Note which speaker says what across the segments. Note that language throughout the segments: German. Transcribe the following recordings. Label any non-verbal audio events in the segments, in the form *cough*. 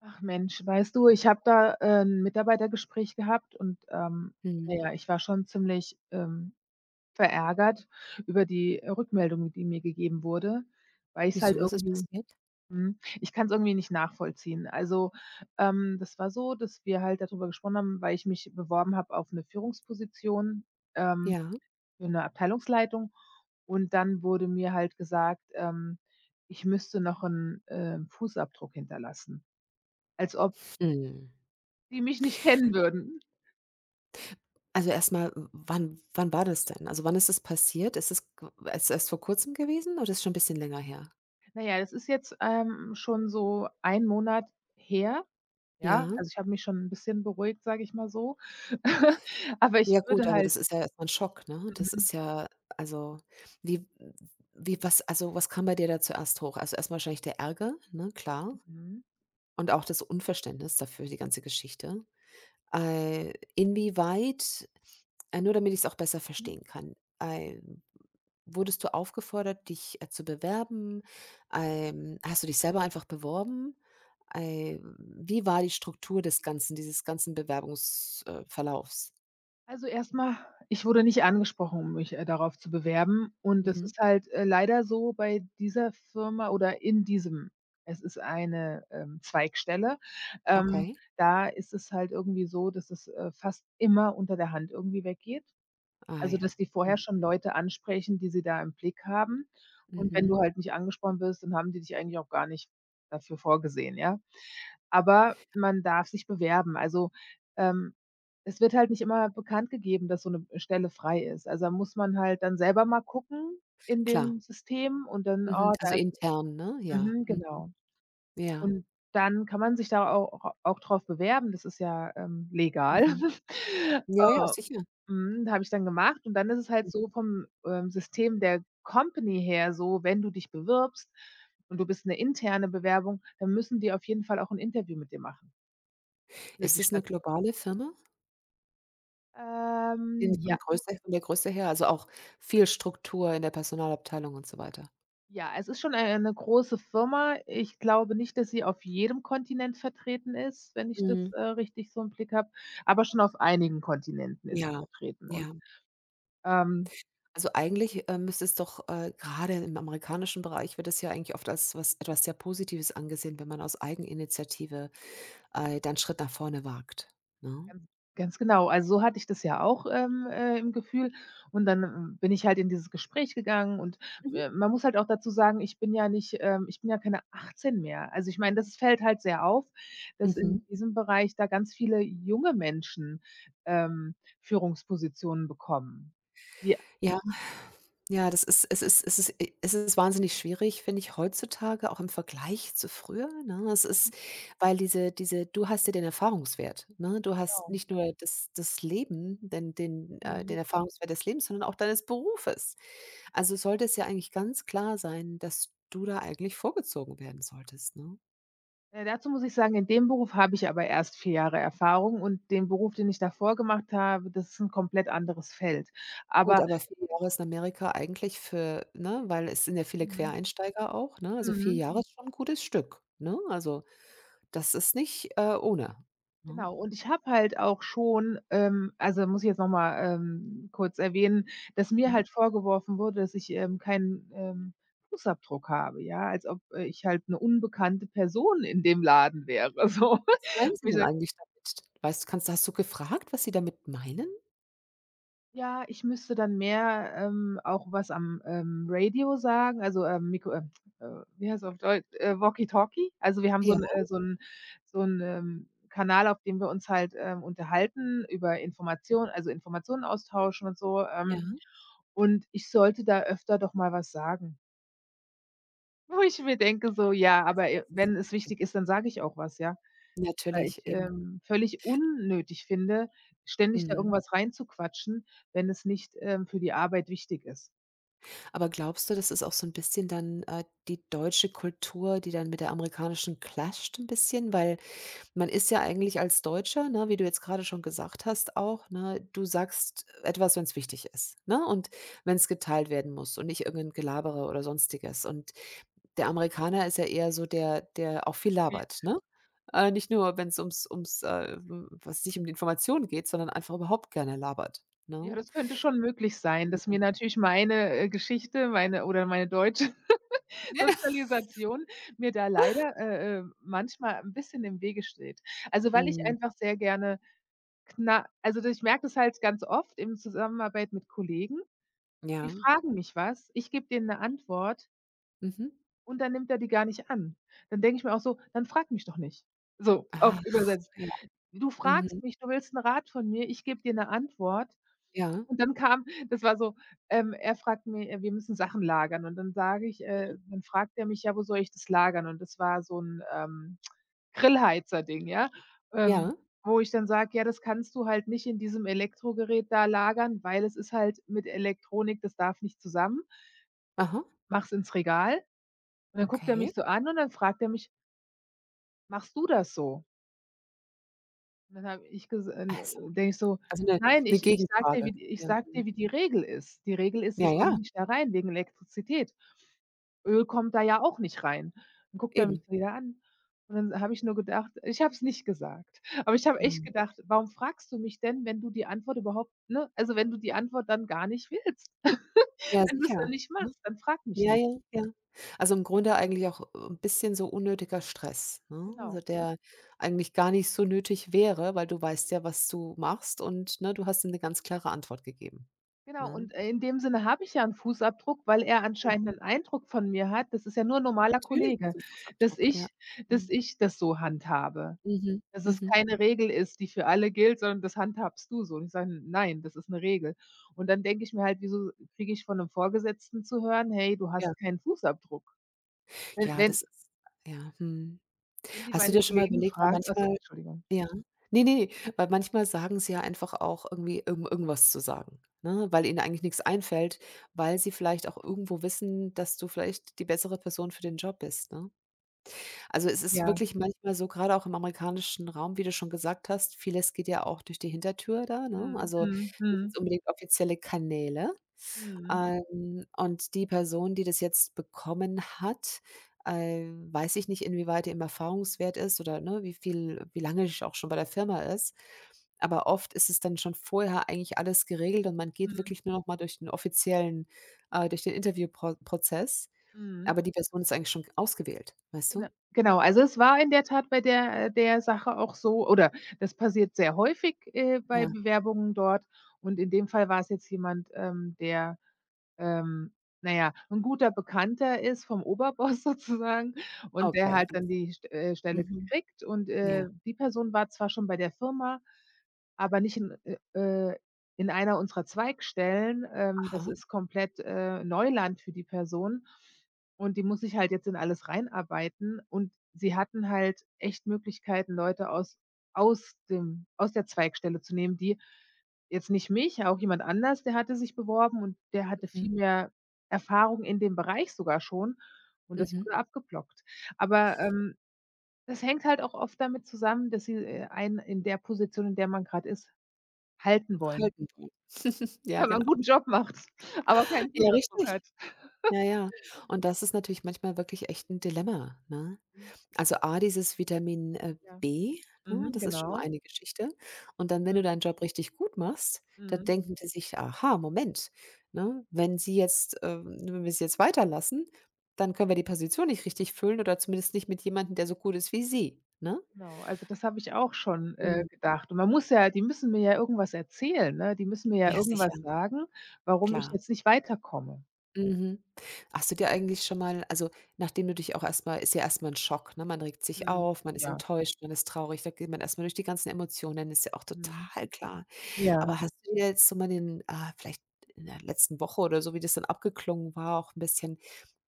Speaker 1: Ach Mensch, weißt du, ich habe da, 'n Mitarbeitergespräch gehabt und na
Speaker 2: Mhm.
Speaker 1: ja, ich war schon ziemlich, verärgert über die Rückmeldung, die mir gegeben wurde, weil ich's halt
Speaker 2: Wieso, was ist
Speaker 1: irgendwie
Speaker 2: passiert?
Speaker 1: mhm, Ich kann es irgendwie nicht nachvollziehen. Also, das war so, dass wir halt darüber gesprochen haben, weil ich mich beworben habe auf eine Führungsposition, ähm,
Speaker 2: Ja.
Speaker 1: für eine Abteilungsleitung. Und dann wurde mir halt gesagt, ich müsste noch einen Fußabdruck hinterlassen, als ob
Speaker 2: Mhm.
Speaker 1: die mich nicht kennen würden.
Speaker 2: Also, erstmal, w wann wann war das denn? Also, wann ist es passiert? Ist es g erst erst vor Kurzem gewesen oder ist es schon ein bisschen länger her?
Speaker 1: Na ja, das ist jetzt, schon so ein Monat her, ja?
Speaker 2: Ja.
Speaker 1: Also, ich habe mich schon 'n bisschen beruhigt, sage ich mal so. *laughs* Aber ich
Speaker 2: Ja gut,
Speaker 1: würde
Speaker 2: aber
Speaker 1: halt
Speaker 2: das ist ja erstmal mal Schock, ne? Das
Speaker 1: mhm,
Speaker 2: ist ja also, wie wie was also, was kam bei dir da zuerst hoch? Also, erstmal wahrscheinlich der Ärger, ne, klar,
Speaker 1: mhm,
Speaker 2: und auch das Unverständnis dafür, die ganze Geschichte. Inwieweit nur damit ich es auch besser
Speaker 1: mhm.
Speaker 2: verstehen kann, äh wurdest du aufgefordert, dich, zu bewerben? Hast du dich selber einfach beworben? Wie war die Struktur des Ganzen, dieses ganzen Bewerbungsverlaufs? Verlaufs?
Speaker 1: Also, erst mal, ich wurde nicht angesprochen, um mich, darauf zu bewerben, und das
Speaker 2: Mhm.
Speaker 1: ist halt, leider so bei dieser Firma oder in diesem es ist eine, Zweigstelle. Ähm,
Speaker 2: Okay.
Speaker 1: da ist es halt irgendwie so, dass es, fast immer unter der Hand irgendwie weggeht.
Speaker 2: Ah
Speaker 1: Also,
Speaker 2: ja.
Speaker 1: dass die vorher
Speaker 2: Mhm.
Speaker 1: schon Leute ansprechen, die sie da im Blick haben. Und wenn
Speaker 2: Mhm.
Speaker 1: du halt nicht angesprochen wirst, dann haben die dich eigentlich auch gar nicht dafür vorgesehen, ja? Aber man darf sich bewerben. Also, ähm, es wird halt nicht immer bekannt gegeben, dass so 'ne Stelle frei ist. Also, da muss man halt dann selber mal gucken in
Speaker 2: Klar.
Speaker 1: dem System und dann:
Speaker 2: Mhm.
Speaker 1: „Oh,
Speaker 2: Also
Speaker 1: da ist.“
Speaker 2: intern, ne? Ja.
Speaker 1: Mhm,
Speaker 2: Mhm.
Speaker 1: genau.
Speaker 2: Ja.
Speaker 1: Und dann kann man sich da au auch auch drauf bewerben. Das ist ja, legal.
Speaker 2: Mhm.
Speaker 1: *laughs*
Speaker 2: Ja, ja, sicher.
Speaker 1: Mhm, habe ich dann gemacht. Und dann ist es halt so vom, System der Company her so: Wenn du dich bewirbst und du bist 'ne interne Bewerbung, dann müssen die auf jeden Fall auch 'n Interview mit dir machen für
Speaker 2: Ist
Speaker 1: die
Speaker 2: es eine
Speaker 1: Statistik.
Speaker 2: globale Firma? In
Speaker 1: Ja,
Speaker 2: Von der Größe her, also auch viel Struktur in der Personalabteilung und so weiter?
Speaker 1: ja, es ist schon ei 'ne große Firma. Ich glaube nicht, dass sie auf jedem Kontinent vertreten ist, wenn ich das,
Speaker 2: Mhm.
Speaker 1: richtig so im Blick habe, aber schon auf einigen Kontinenten ist sie
Speaker 2: Ja.
Speaker 1: vertreten und,
Speaker 2: Ja.
Speaker 1: ähm
Speaker 2: Also, eigentlich, müsste es doch, grade im amerikanischen Bereich wird es ja eigentlich oft als was etwas sehr Positives angesehen, wenn man aus Eigeninitiative, da Schritt nach vorne wagt, ne?
Speaker 1: Ganz ganz genau. Also, so hatte ich das ja auch, im Gefühl. Und dann, bin ich halt in dieses Gespräch gegangen. Und,
Speaker 2: Mhm.
Speaker 1: man muss halt auch dazu sagen, ich bin ja keine 18 mehr. Also, ich meine, das fällt halt sehr auf, dass in
Speaker 2: Mhm.
Speaker 1: diesem Bereich da ganz viele junge Menschen, ähm, Führungspositionen bekommen. Ja,
Speaker 2: Ja, ja, das ist es ist wahnsinnig schwierig, finde ich, heutzutage, auch im Vergleich zu früher, ne? Es ist weil diese du hast ja den Erfahrungswert, ne? Du hast
Speaker 1: genau.
Speaker 2: nicht nur das Leben, den den
Speaker 1: Mhm.
Speaker 2: Erfahrungswert des Lebens, sondern auch deines Berufes. Also, sollte es ja eigentlich ganz klar sein, dass du da eigentlich vorgezogen werden solltest, ne?
Speaker 1: Dazu muss ich sagen, in dem Beruf habe ich aber erst 4 Jahre Erfahrung, und den Beruf, den ich davor gemacht habe, das ist ein komplett anderes Feld.
Speaker 2: Gut,
Speaker 1: Aber
Speaker 2: aber 4 Jahre ist in Amerika eigentlich für ne, weil es sind ja viele
Speaker 1: mhm,
Speaker 2: Quereinsteiger auch, ne? Also, 4
Speaker 1: mhm.
Speaker 2: Jahre Mhm. ist schon ein gutes Stück, ne? Also, das ist nicht, ohne, ne?
Speaker 1: Genau, und ich habe halt auch schon, also, muss ich jetzt noch mal, kurz erwähnen, dass mir
Speaker 2: Mhm.
Speaker 1: halt vorgeworfen wurde, dass ich, keinen, Fußabdruck habe, ja, als ob, ich halt eine unbekannte Person in dem Laden wäre, *laughs* so.
Speaker 2: Was meinen Mhm. Sie
Speaker 1: Wo ich
Speaker 2: denn
Speaker 1: sage:
Speaker 2: eigentlich damit? Weißt du, kannst hast du gefragt, was sie damit meinen?
Speaker 1: „Ja, ich müsste dann mehr, auch was am, Radio sagen, also, Mikro wie heißt es auf Deutsch? Walkie-Talkie.“ Also, wir haben so
Speaker 2: Ja,
Speaker 1: 'n äh, so 'n so 'n, Kanal, auf dem wir uns halt, unterhalten über Informationen, also, Informationen austauschen und so,
Speaker 2: ja.
Speaker 1: und ich sollte da öfter doch mal was sagen, *laughs* wo ich mir denke so: „Ja,
Speaker 2: Also,
Speaker 1: aber,
Speaker 2: das ist
Speaker 1: wenn
Speaker 2: ja
Speaker 1: es
Speaker 2: wirklich
Speaker 1: wichtig ist, dann sage ich auch was, ja?“ Weil
Speaker 2: natürlich,
Speaker 1: ich,
Speaker 2: eben.
Speaker 1: völlig unnötig finde, ständig da
Speaker 2: Mhm.
Speaker 1: irgendwas reinzuquatschen, wenn es nicht, für die Arbeit wichtig ist.
Speaker 2: Aber glaubst du, das ist auch so ein bisschen dann, die deutsche Kultur, die dann mit der amerikanischen clasht ein bisschen? Weil man ist ja eigentlich als Deutscher, ne, wie du jetzt gerade schon gesagt hast auch, ne, du sagst etwas, wenn es wichtig ist, ne, und wenn es geteilt werden muss und nicht irgend 'n Gelabere oder Sonstiges. Und der Amerikaner ist ja eher so der, der auch viel
Speaker 1: Ja.
Speaker 2: labert, ne? Nicht nur, wenn es ums ums, w was nicht um die Information geht, sondern einfach überhaupt gerne labert,
Speaker 1: Ja,
Speaker 2: ne?
Speaker 1: das könnte schon möglich sein, dass mir natürlich meine, Geschichte, meine oder meine deutsche *laughs*
Speaker 2: *laughs* Ja.
Speaker 1: Sozialisation mir da leider, manchmal ein bisschen im Wege steht. Also, weil ich
Speaker 2: Mhm.
Speaker 1: einfach sehr gerne, kna also, ich merke das halt ganz oft in Zusammenarbeit mit Kollegen: Die
Speaker 2: Ja.
Speaker 1: fragen mich was, ich gebe denen eine Antwort.
Speaker 2: Mhm.
Speaker 1: Und dann nimmt er die gar nicht an. Dann denke ich mir auch so: „Dann frag mich doch nicht.“ So auf
Speaker 2: Ach,
Speaker 1: übersetzt.
Speaker 2: ja.
Speaker 1: Du fragst
Speaker 2: Mhm.
Speaker 1: mich, du willst 'n Rat von mir, ich gebe dir 'ne Antwort.
Speaker 2: Ja,
Speaker 1: Und dann kam das war so, er fragt mi wir müssen Sachen lagern, und dann dann fragt er mich: „Ja, wo soll ich das lagern?“ Und das war so 'n, Grillheizer-Ding, ja, ähm,
Speaker 2: ja.
Speaker 1: wo ich dann sage: „Ja, das kannst du halt nicht in diesem Elektrogerät da lagern, weil es ist halt mit Elektronik, das darf nicht zusammen.
Speaker 2: Aha,
Speaker 1: Mach's ins Regal.“ Und dann guckt er
Speaker 2: okay.
Speaker 1: mich so an und dann fragt er mich: „Machst du das so?“ Und dann habe ich ges
Speaker 2: Also
Speaker 1: denke ich so:
Speaker 2: also 'ne
Speaker 1: „Nein,
Speaker 2: 'ne
Speaker 1: ich
Speaker 2: Gegenfrage. Ja,
Speaker 1: sage
Speaker 2: mhm.
Speaker 1: dir, wie die Regel ist. Die Regel ist,
Speaker 2: Ja,
Speaker 1: das kommt
Speaker 2: ja,
Speaker 1: nicht da rein wegen Elektrizität. Öl kommt da ja auch nicht rein.“ Dann guckt er mich
Speaker 2: eben.
Speaker 1: wieder an, und dann habe ich nur gedacht, ich habe es nicht gesagt, *laughs* aber ich habe echt
Speaker 2: Mhm.
Speaker 1: gedacht: „Warum fragst du mich denn, wenn du die Antwort überhaupt, ne, also, wenn du die Antwort dann gar nicht willst?
Speaker 2: Ja,
Speaker 1: *laughs* Wenn du's dann
Speaker 2: sicher.
Speaker 1: nicht
Speaker 2: Mhm.
Speaker 1: machst, dann frag mich
Speaker 2: Ja,
Speaker 1: nicht.“
Speaker 2: ja, ja. Also, im Grunde eigentlich auch 'n bisschen so unnötiger Stress, ne? Also,
Speaker 1: Genau.
Speaker 2: der eigentlich gar nicht so nötig wäre, weil du weißt ja, was du machst und, ne, du hast ihm 'ne ganz klare Antwort gegeben,
Speaker 1: Genau,
Speaker 2: ne?
Speaker 1: und, in dem Sinne habe ich ja einen Fußabdruck, weil er anscheinend
Speaker 2: Mhm.
Speaker 1: einen Eindruck von mir hat. Das ist ja nur 'n normaler
Speaker 2: Natürlich ist
Speaker 1: Kollege,
Speaker 2: es 'n
Speaker 1: dass
Speaker 2: Fußabdruck, ja.
Speaker 1: ich dass
Speaker 2: Mhm.
Speaker 1: ich das so handhabe.
Speaker 2: Mhm,
Speaker 1: Dass es
Speaker 2: mhm.
Speaker 1: keine Regel ist, die für alle gilt, sondern das handhabst du so. Und ich sage: „Nein, das ist eine Regel.“ Und dann denke ich mir halt: „Wieso kriege ich von 'nem Vorgesetzten zu hören: 'Hey, du
Speaker 2: Ja.
Speaker 1: hast keinen Fußabdruck?'“ Wenn
Speaker 2: Ja,
Speaker 1: wenn
Speaker 2: das ist ja, mhm.
Speaker 1: wenn die
Speaker 2: Hast du
Speaker 1: meine
Speaker 2: dir schon mal
Speaker 1: Kollegen
Speaker 2: überlegt weil
Speaker 1: fragen. Also,
Speaker 2: manchmal
Speaker 1: Entschuldigung.
Speaker 2: Ja. Ne, ne, weil manchmal sagen sie ja einfach auch irgendwie, um irgendwas zu sagen, ne, weil ihnen eigentlich nichts einfällt, weil sie vielleicht auch irgendwo wissen, dass du vielleicht die bessere Person für den Job bist, ne? Also, es ist
Speaker 1: Ja.
Speaker 2: wirklich manchmal so, gerade auch im amerikanischen Raum, wie du schon gesagt hast, vieles geht ja auch durch die Hintertür da, ne?
Speaker 1: Mhm,
Speaker 2: Also,
Speaker 1: mhm,
Speaker 2: nicht
Speaker 1: mhm,
Speaker 2: jetzt unbedingt offizielle Kanäle.
Speaker 1: mhm,
Speaker 2: Und die Person, die das jetzt bekommen hat, weiß ich nicht, inwieweit die im Erfahrungswert ist oder, ne, wie lange sch auch schon bei der Firma ist. Aber oft ist es dann schon vorher eigentlich alles geregelt und man geht
Speaker 1: mhm,
Speaker 2: wirklich nur noch mal durch den offiziellen durch den Interviewprozess.
Speaker 1: mhm.
Speaker 2: Aber die Person ist eigentlich schon ausgewählt, weißt du?
Speaker 1: Genau, also es war in der Tat bei der, der Sache auch so, oder das passiert sehr häufig, bei
Speaker 2: Ja.
Speaker 1: Bewerbungen dort. Und in dem Fall war's jetzt jemand, ähm, na ja, 'n guter Bekannter ist vom Oberboss *laughs* sozusagen, und der
Speaker 2: Okay,
Speaker 1: hat
Speaker 2: alles
Speaker 1: dann die St Stelle
Speaker 2: mhm,
Speaker 1: gekriegt. Und,
Speaker 2: ja,
Speaker 1: die Person war zwar schon bei der Firma, aber nicht äh, in einer unserer Zweigstellen. Das
Speaker 2: aha,
Speaker 1: ist komplett, Neuland für die Person. Und die muss sich halt jetzt in alles reinarbeiten. Und sie hatten halt echt Möglichkeiten, Leute aus aus dem aus der Zweigstelle zu nehmen, die, jetzt nicht mich, auch jemand anders, der hatte sich beworben und der hatte
Speaker 2: mhm,
Speaker 1: viel mehr Erfahrung in dem Bereich sogar schon, und das
Speaker 2: mhm.
Speaker 1: wurde abgeblockt. Aber, das hängt halt auch oft damit zusammen, dass sie, einen in der Position, in der man gerade ist, halten wollen,
Speaker 2: Halten wollen.
Speaker 1: *laughs*
Speaker 2: Ja,
Speaker 1: weil man 'n
Speaker 2: genau.
Speaker 1: guten Job macht, *laughs* aber keinen
Speaker 2: Ja,
Speaker 1: Fußabdruck
Speaker 2: richtig.
Speaker 1: hat.
Speaker 2: Ja, ja. Und das ist natürlich manchmal wirklich echt 'n Dilemma, ne?
Speaker 1: Mhm,
Speaker 2: Also, A, dieses Vitamin,
Speaker 1: ja.
Speaker 2: B, ne,
Speaker 1: Mhm,
Speaker 2: das ist schon mal
Speaker 1: genau.
Speaker 2: eine Geschichte. Und dann, wenn du
Speaker 1: Mhm,
Speaker 2: deinen Job richtig gut machst, dann
Speaker 1: mhm.
Speaker 2: denken die sich: „Aha, Moment, ne? Wenn sie jetzt, wenn wir sie jetzt weiterlassen, dann können wir die Position nicht richtig füllen oder zumindest nicht mit jemandem, der so gut ist wie sie“, ne?
Speaker 1: Genau, also das habe ich auch schon,
Speaker 2: Mhm.
Speaker 1: gedacht. Und man muss ja, die müssen mir ja irgendwas erzählen, ne? Die müssen mir ja
Speaker 2: Ja, sicher,
Speaker 1: irgendwas sagen, warum ich
Speaker 2: klar.
Speaker 1: jetzt nicht weiterkomme.
Speaker 2: Mhm. Hast du dir eigentlich schon mal also, nachdem du dich auch erstmal, ist ja erstmal ein Schock, ne? Man regt sich
Speaker 1: Mhm.
Speaker 2: auf, man ist
Speaker 1: Ja.
Speaker 2: enttäuscht, man ist traurig, da geht man erstmal durch die ganzen Emotionen, ist ja auch
Speaker 1: Mhm.
Speaker 2: total klar.
Speaker 1: Ja.
Speaker 2: Aber hast du dir jetzt so mal vielleicht in der letzten Woche oder so, wie das dann abgeklungen war, auch ein bisschen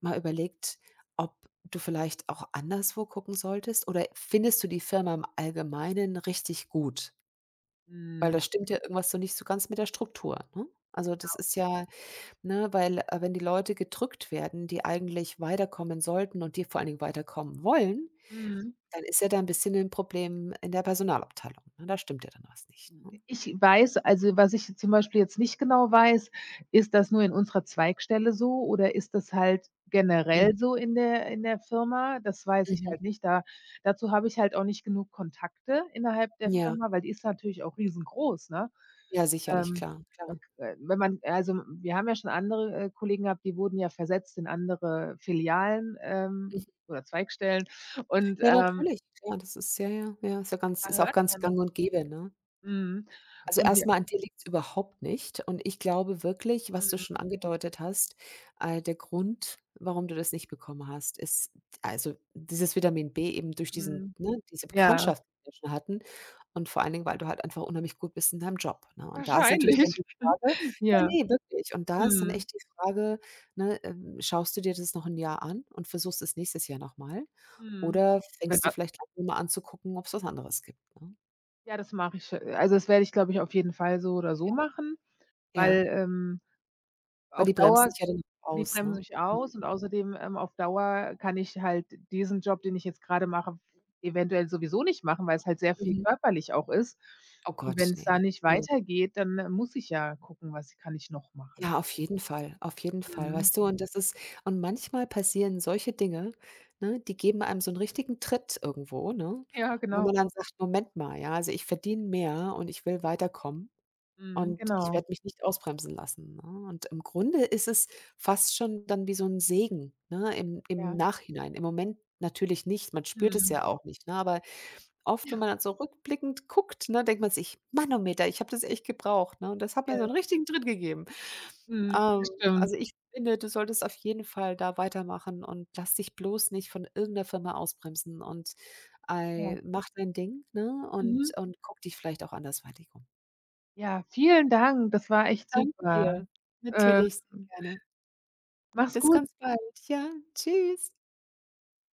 Speaker 2: mal überlegt, ob du vielleicht auch anderswo gucken solltest? Oder findest du die Firma im Allgemeinen richtig gut? Weil
Speaker 1: Mhm.
Speaker 2: da stimmt ja irgendwas so nicht so ganz mit der Struktur, ne? Also, das ist ja ne, weil, wenn die Leute gedrückt werden, die eigentlich weiterkommen sollten und die vor allen Dingen weiterkommen wollen,
Speaker 1: Mhm.
Speaker 2: dann ist ja da ein bisschen ein Problem in der Personalabteilung, ne? Da stimmt ja dann was nicht, ne?
Speaker 1: Ich weiß also, was ich zum Beispiel jetzt nicht genau weiß, ist, das nur in unserer Zweigstelle so oder ist das halt
Speaker 2: Mhm,
Speaker 1: generell so in der Firma? Das weiß ich
Speaker 2: mhm.
Speaker 1: halt nicht. Da dazu habe ich halt auch nicht genug Kontakte innerhalb der
Speaker 2: Ja,
Speaker 1: Firma, weil die ist natürlich auch riesengroß, ne?
Speaker 2: ja, sicherlich,
Speaker 1: Ähm,
Speaker 2: klar,
Speaker 1: da
Speaker 2: klar.
Speaker 1: k wenn man also, wir haben ja schon andere, Kollegen gehabt, die wurden ja versetzt in andere Filialen,
Speaker 2: Mhm.
Speaker 1: oder Zweigstellen, und,
Speaker 2: Ja,
Speaker 1: ähm,
Speaker 2: natürlich, klar, das ist ja, ja, ja,
Speaker 1: da
Speaker 2: ist auch
Speaker 1: hört
Speaker 2: ganz gang
Speaker 1: man,
Speaker 2: und gäbe, ne?
Speaker 1: mhm,
Speaker 2: Also,
Speaker 1: und die,
Speaker 2: erstmal an dir liegt's überhaupt nicht und ich glaube wirklich, was du schon
Speaker 1: mhm,
Speaker 2: angedeutet hast, der Grund, warum du das nicht bekommen hast, ist also, dieses Vitamin B eben durch diesen
Speaker 1: mhm,
Speaker 2: ne, diese
Speaker 1: ja.
Speaker 2: Bekanntschaft, die wir schon hatten und vor allen Dingen, weil du halt einfach unheimlich gut bist in deinem Job, ne? Und da ist natürlich dann
Speaker 1: Wahrscheinlich.
Speaker 2: die
Speaker 1: *laughs*
Speaker 2: Frage ja,
Speaker 1: Ja.
Speaker 2: nee wirklich. Und da ist dann
Speaker 1: Mhm.
Speaker 2: echt die Frage, ne, schaust du dir das noch ein Jahr an und versuchst es nächstes Jahr noch mal
Speaker 1: Mhm.
Speaker 2: oder
Speaker 1: Wenn
Speaker 2: fängst du
Speaker 1: wa
Speaker 2: vielleicht an, dir mal anzugucken, ob es was anderes gibt, ne?
Speaker 1: ja, das mache ich, also, das werde ich, glaube ich, auf jeden Fall so oder so machen,
Speaker 2: Ja.
Speaker 1: weil,
Speaker 2: Weil
Speaker 1: auf
Speaker 2: die bremsen
Speaker 1: Dauer
Speaker 2: dich ja dann auch
Speaker 1: die
Speaker 2: aus,
Speaker 1: bremsen
Speaker 2: ne?
Speaker 1: mich aus. Und
Speaker 2: Mhm.
Speaker 1: außerdem, auf Dauer kann ich halt diesen Job, den ich jetzt gerade mache, eventuell sowieso nicht machen, weil es halt sehr viel
Speaker 2: Mhm.
Speaker 1: körperlich auch ist.
Speaker 2: Oh
Speaker 1: Und
Speaker 2: Gott,
Speaker 1: wenn es
Speaker 2: ne.
Speaker 1: da nicht
Speaker 2: Ja, ja.
Speaker 1: weitergeht, dann, muss ich ja gucken, was kann ich noch machen.
Speaker 2: Ja, auf jeden Fall,
Speaker 1: Mhm.
Speaker 2: weißt du? Und das ist und manchmal passieren solche Dinge, ne, die geben einem so 'n richtigen Tritt irgendwo, ne,
Speaker 1: Ja,
Speaker 2: wo man
Speaker 1: genau.
Speaker 2: dann sagt: „Moment mal, ja, also ich verdiene mehr und ich will weiterkommen
Speaker 1: Mhm,
Speaker 2: und ich
Speaker 1: genau.
Speaker 2: werde mich nicht ausbremsen lassen“, ne? Und im Grunde ist es fast schon dann wie so 'n Segen, ne, im
Speaker 1: Ja.
Speaker 2: Nachhinein. Im Moment natürlich nicht, man spürt es
Speaker 1: Mhm.
Speaker 2: ja auch nicht, ne, aber oft, wenn man dann so rückblickend guckt, ne, denkt man sich: „Manometer, ich habe das echt gebraucht“, ne? Und das hat mir so
Speaker 1: Ja.
Speaker 2: einen richtigen Tritt gegeben.
Speaker 1: Mhm.
Speaker 2: Ähm,
Speaker 1: Das stimmt.
Speaker 2: also, ich finde, du solltest auf jeden Fall da weitermachen und lass dich bloß nicht von irgendeiner Firma ausbremsen und,
Speaker 1: Ja.
Speaker 2: mach dein Ding, ne, und
Speaker 1: Mhm.
Speaker 2: und guck dich vielleicht auch andersweitig um.
Speaker 1: Ja, vielen Dank. Das war echt
Speaker 2: Danke
Speaker 1: super.
Speaker 2: dir.
Speaker 1: Ähm,
Speaker 2: Natürlich, sehr gerne.
Speaker 1: mach's
Speaker 2: Bis
Speaker 1: gut.
Speaker 2: ganz bald. Ja, tschüss.